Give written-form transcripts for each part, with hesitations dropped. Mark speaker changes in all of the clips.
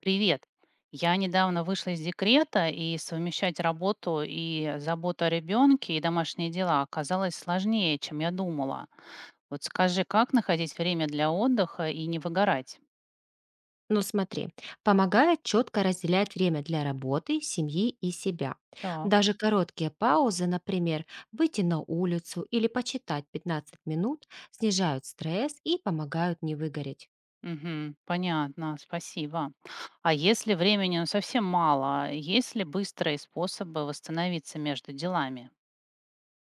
Speaker 1: Привет. Я недавно вышла из декрета, и совмещать работу и заботу о ребенке и домашние дела оказалось сложнее, чем я думала. Вот скажи, как находить время для отдыха и не выгорать?
Speaker 2: Ну смотри, помогает четко разделять время для работы, семьи и себя.
Speaker 1: Так.
Speaker 2: Даже короткие паузы, например, выйти на улицу или почитать 15 минут, снижают стресс и помогают не выгореть.
Speaker 1: Мгм, понятно, спасибо. А если времени, ну, совсем мало, есть ли быстрые способы восстановиться между делами?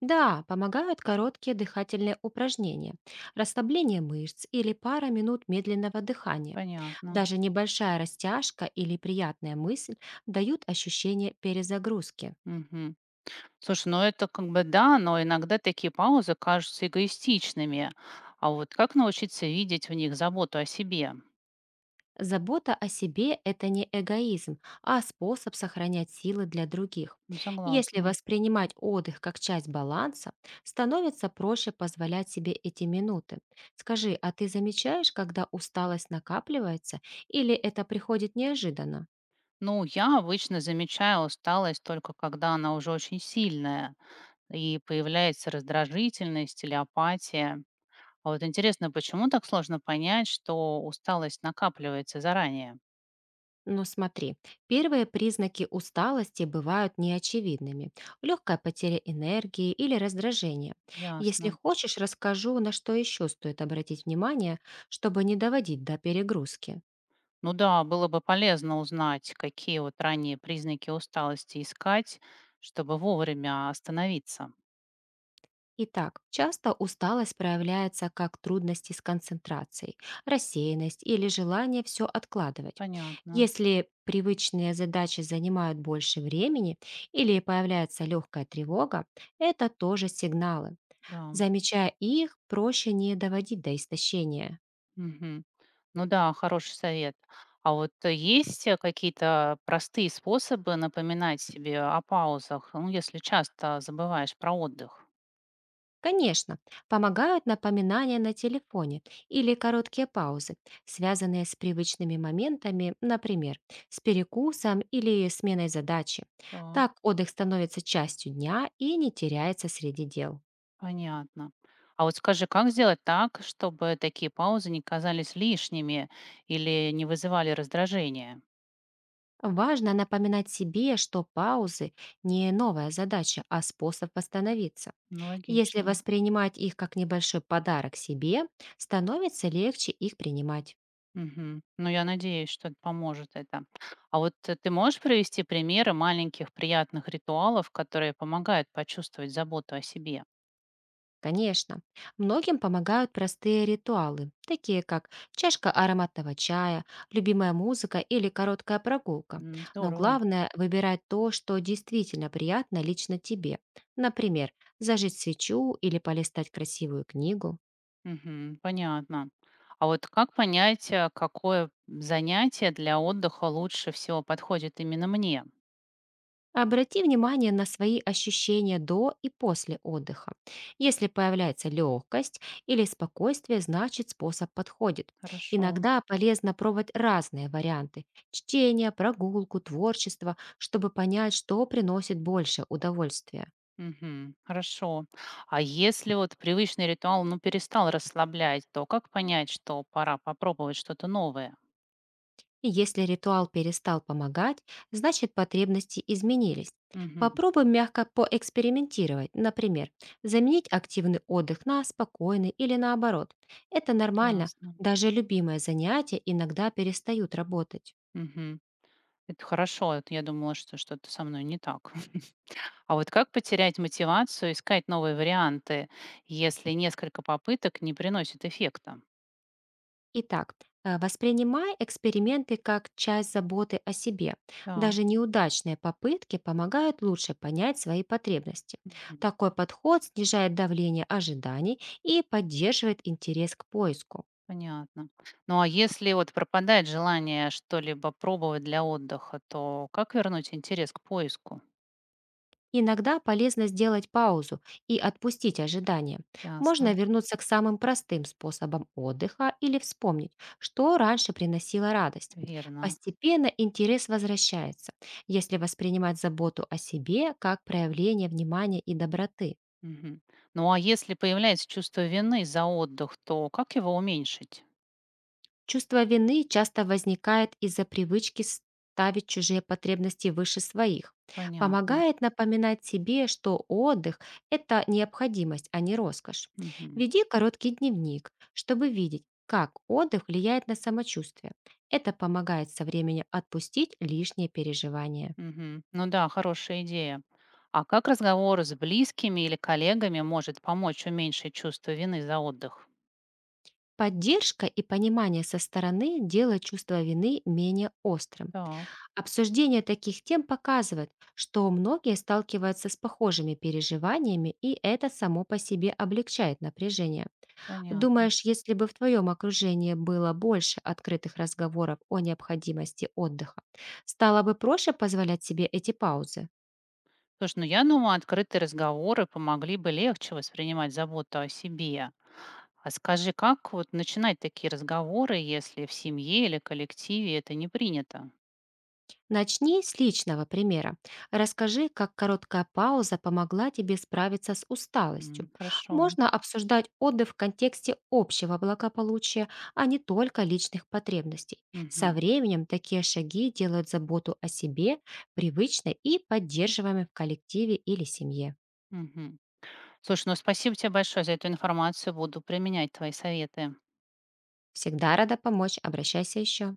Speaker 2: Да, помогают короткие дыхательные упражнения, расслабление мышц или пара минут медленного дыхания.
Speaker 1: Понятно.
Speaker 2: Даже небольшая растяжка или приятная мысль дают ощущение перезагрузки.
Speaker 1: Мгм. Слушай, ну это как бы да, но иногда такие паузы кажутся эгоистичными. А вот как научиться видеть в них заботу о себе?
Speaker 2: Забота о себе – это не эгоизм, а способ сохранять силы для других.
Speaker 1: Ну,
Speaker 2: Если
Speaker 1: согласна.
Speaker 2: воспринимать отдых как часть баланса, становится проще позволять себе эти минуты. Скажи, а ты замечаешь, когда усталость накапливается или это приходит неожиданно?
Speaker 1: Ну, я обычно замечаю усталость только когда она уже очень сильная, и появляется раздражительность или апатия. А вот интересно, почему так сложно понять, что усталость накапливается заранее?
Speaker 2: Но смотри, первые признаки усталости бывают неочевидными. Легкая потеря энергии или раздражение. Если
Speaker 1: Ясно.
Speaker 2: хочешь, расскажу, на что еще стоит обратить внимание, чтобы не доводить до перегрузки.
Speaker 1: Ну да, было бы полезно узнать, какие вот ранние признаки усталости искать, чтобы вовремя остановиться.
Speaker 2: Итак, часто усталость проявляется как трудности с концентрацией, рассеянность или желание все откладывать.
Speaker 1: Понятно,
Speaker 2: Если привычные задачи занимают больше времени или появляется легкая тревога, это тоже сигналы.
Speaker 1: да.
Speaker 2: Замечая их, проще не доводить до истощения.
Speaker 1: Мгм. Ну да, хороший совет. А вот есть какие-то простые способы напоминать себе о паузах, ну, если часто забываешь про отдых?
Speaker 2: Конечно, помогают напоминания на телефоне или короткие паузы, связанные с привычными моментами, например, с перекусом или сменой задачи.
Speaker 1: Так,
Speaker 2: Так отдых становится частью дня и не теряется среди дел.
Speaker 1: понятно. А вот скажи, как сделать так, чтобы такие паузы не казались лишними или не вызывали раздражения?
Speaker 2: Важно напоминать себе, что паузы – не новая задача, а способ восстановиться.
Speaker 1: Ну,
Speaker 2: Если
Speaker 1: логично.
Speaker 2: воспринимать их как небольшой подарок себе, становится легче их принимать.
Speaker 1: Мгм. Ну, я надеюсь, что поможет это. А вот ты можешь привести примеры маленьких приятных ритуалов, которые помогают почувствовать заботу о себе?
Speaker 2: Конечно, многим помогают простые ритуалы, такие как чашка ароматного чая, любимая музыка или короткая прогулка.
Speaker 1: М,
Speaker 2: Но
Speaker 1: здорово.
Speaker 2: главное – выбирать то, что действительно приятно лично тебе. Например, зажечь свечу или полистать красивую книгу.
Speaker 1: Мгм, понятно. А вот как понять, какое занятие для отдыха лучше всего подходит именно мне?
Speaker 2: Обрати внимание на свои ощущения до и после отдыха. Если появляется легкость или спокойствие, значит способ подходит.
Speaker 1: Хорошо.
Speaker 2: Иногда полезно пробовать разные варианты – чтение, прогулку, творчество, чтобы понять, что приносит больше удовольствия.
Speaker 1: Мгм, хорошо. А если вот привычный ритуал, ну, перестал расслаблять, то как понять, что пора попробовать что-то новое?
Speaker 2: Если ритуал перестал помогать, значит потребности изменились.
Speaker 1: Мгм.
Speaker 2: Попробуй мягко поэкспериментировать, например, заменить активный отдых на спокойный или наоборот. Это нормально,
Speaker 1: Ясно.
Speaker 2: даже любимые занятия иногда перестают работать.
Speaker 1: Мгм. Это хорошо. Это я думала, что что-то со мной не так. А вот как потерять мотивацию искать новые варианты, если несколько попыток не приносит эффекта?
Speaker 2: Итак, воспринимай эксперименты как часть заботы о себе.
Speaker 1: Так,
Speaker 2: Даже неудачные попытки помогают лучше понять свои потребности.
Speaker 1: мгм,
Speaker 2: Такой подход снижает давление ожиданий и поддерживает интерес к поиску.
Speaker 1: понятно. Ну а если вот пропадает желание что-либо пробовать для отдыха, то как вернуть интерес к поиску?
Speaker 2: Иногда полезно сделать паузу и отпустить ожидания. Можно
Speaker 1: Ясно,
Speaker 2: вернуться к самым простым способам отдыха или вспомнить, что раньше приносило радость.
Speaker 1: верно.
Speaker 2: Постепенно интерес возвращается, если воспринимать заботу о себе как проявление внимания и доброты.
Speaker 1: Мгм. Ну а если появляется чувство вины за отдых, то как его уменьшить?
Speaker 2: Чувство вины часто возникает из-за привычки ставить чужие потребности выше своих.
Speaker 1: Понятно.
Speaker 2: Помогает напоминать себе, что отдых – это необходимость, а не роскошь.
Speaker 1: Мгм.
Speaker 2: Веди короткий дневник, чтобы видеть, как отдых влияет на самочувствие. Это помогает со временем отпустить лишние переживания.
Speaker 1: Мгм. Ну да, хорошая идея. А как разговор с близкими или коллегами может помочь уменьшить чувство вины за отдых?
Speaker 2: Поддержка и понимание со стороны делают чувство вины менее острым.
Speaker 1: Так,
Speaker 2: Обсуждение таких тем показывает, что многие сталкиваются с похожими переживаниями, и это само по себе облегчает напряжение.
Speaker 1: понятно.
Speaker 2: Думаешь, если бы в твоем окружении было больше открытых разговоров о необходимости отдыха, стало бы проще позволять себе эти паузы?
Speaker 1: Слушай, ну я думаю, открытые разговоры помогли бы легче воспринимать заботу о себе. А скажи, как вот начинать такие разговоры, если в семье или коллективе это не принято?
Speaker 2: Начни с личного примера. Расскажи, как короткая пауза помогла тебе справиться с усталостью.
Speaker 1: М, хорошо.
Speaker 2: Можно обсуждать отдых в контексте общего благополучия, а не только личных потребностей. Со
Speaker 1: Мгм.
Speaker 2: временем такие шаги делают заботу о себе привычной и поддерживаемой в коллективе или семье.
Speaker 1: Мгм. Слушай, ну спасибо тебе большое за эту информацию. Буду применять твои советы.
Speaker 2: Всегда рада помочь, обращайся еще.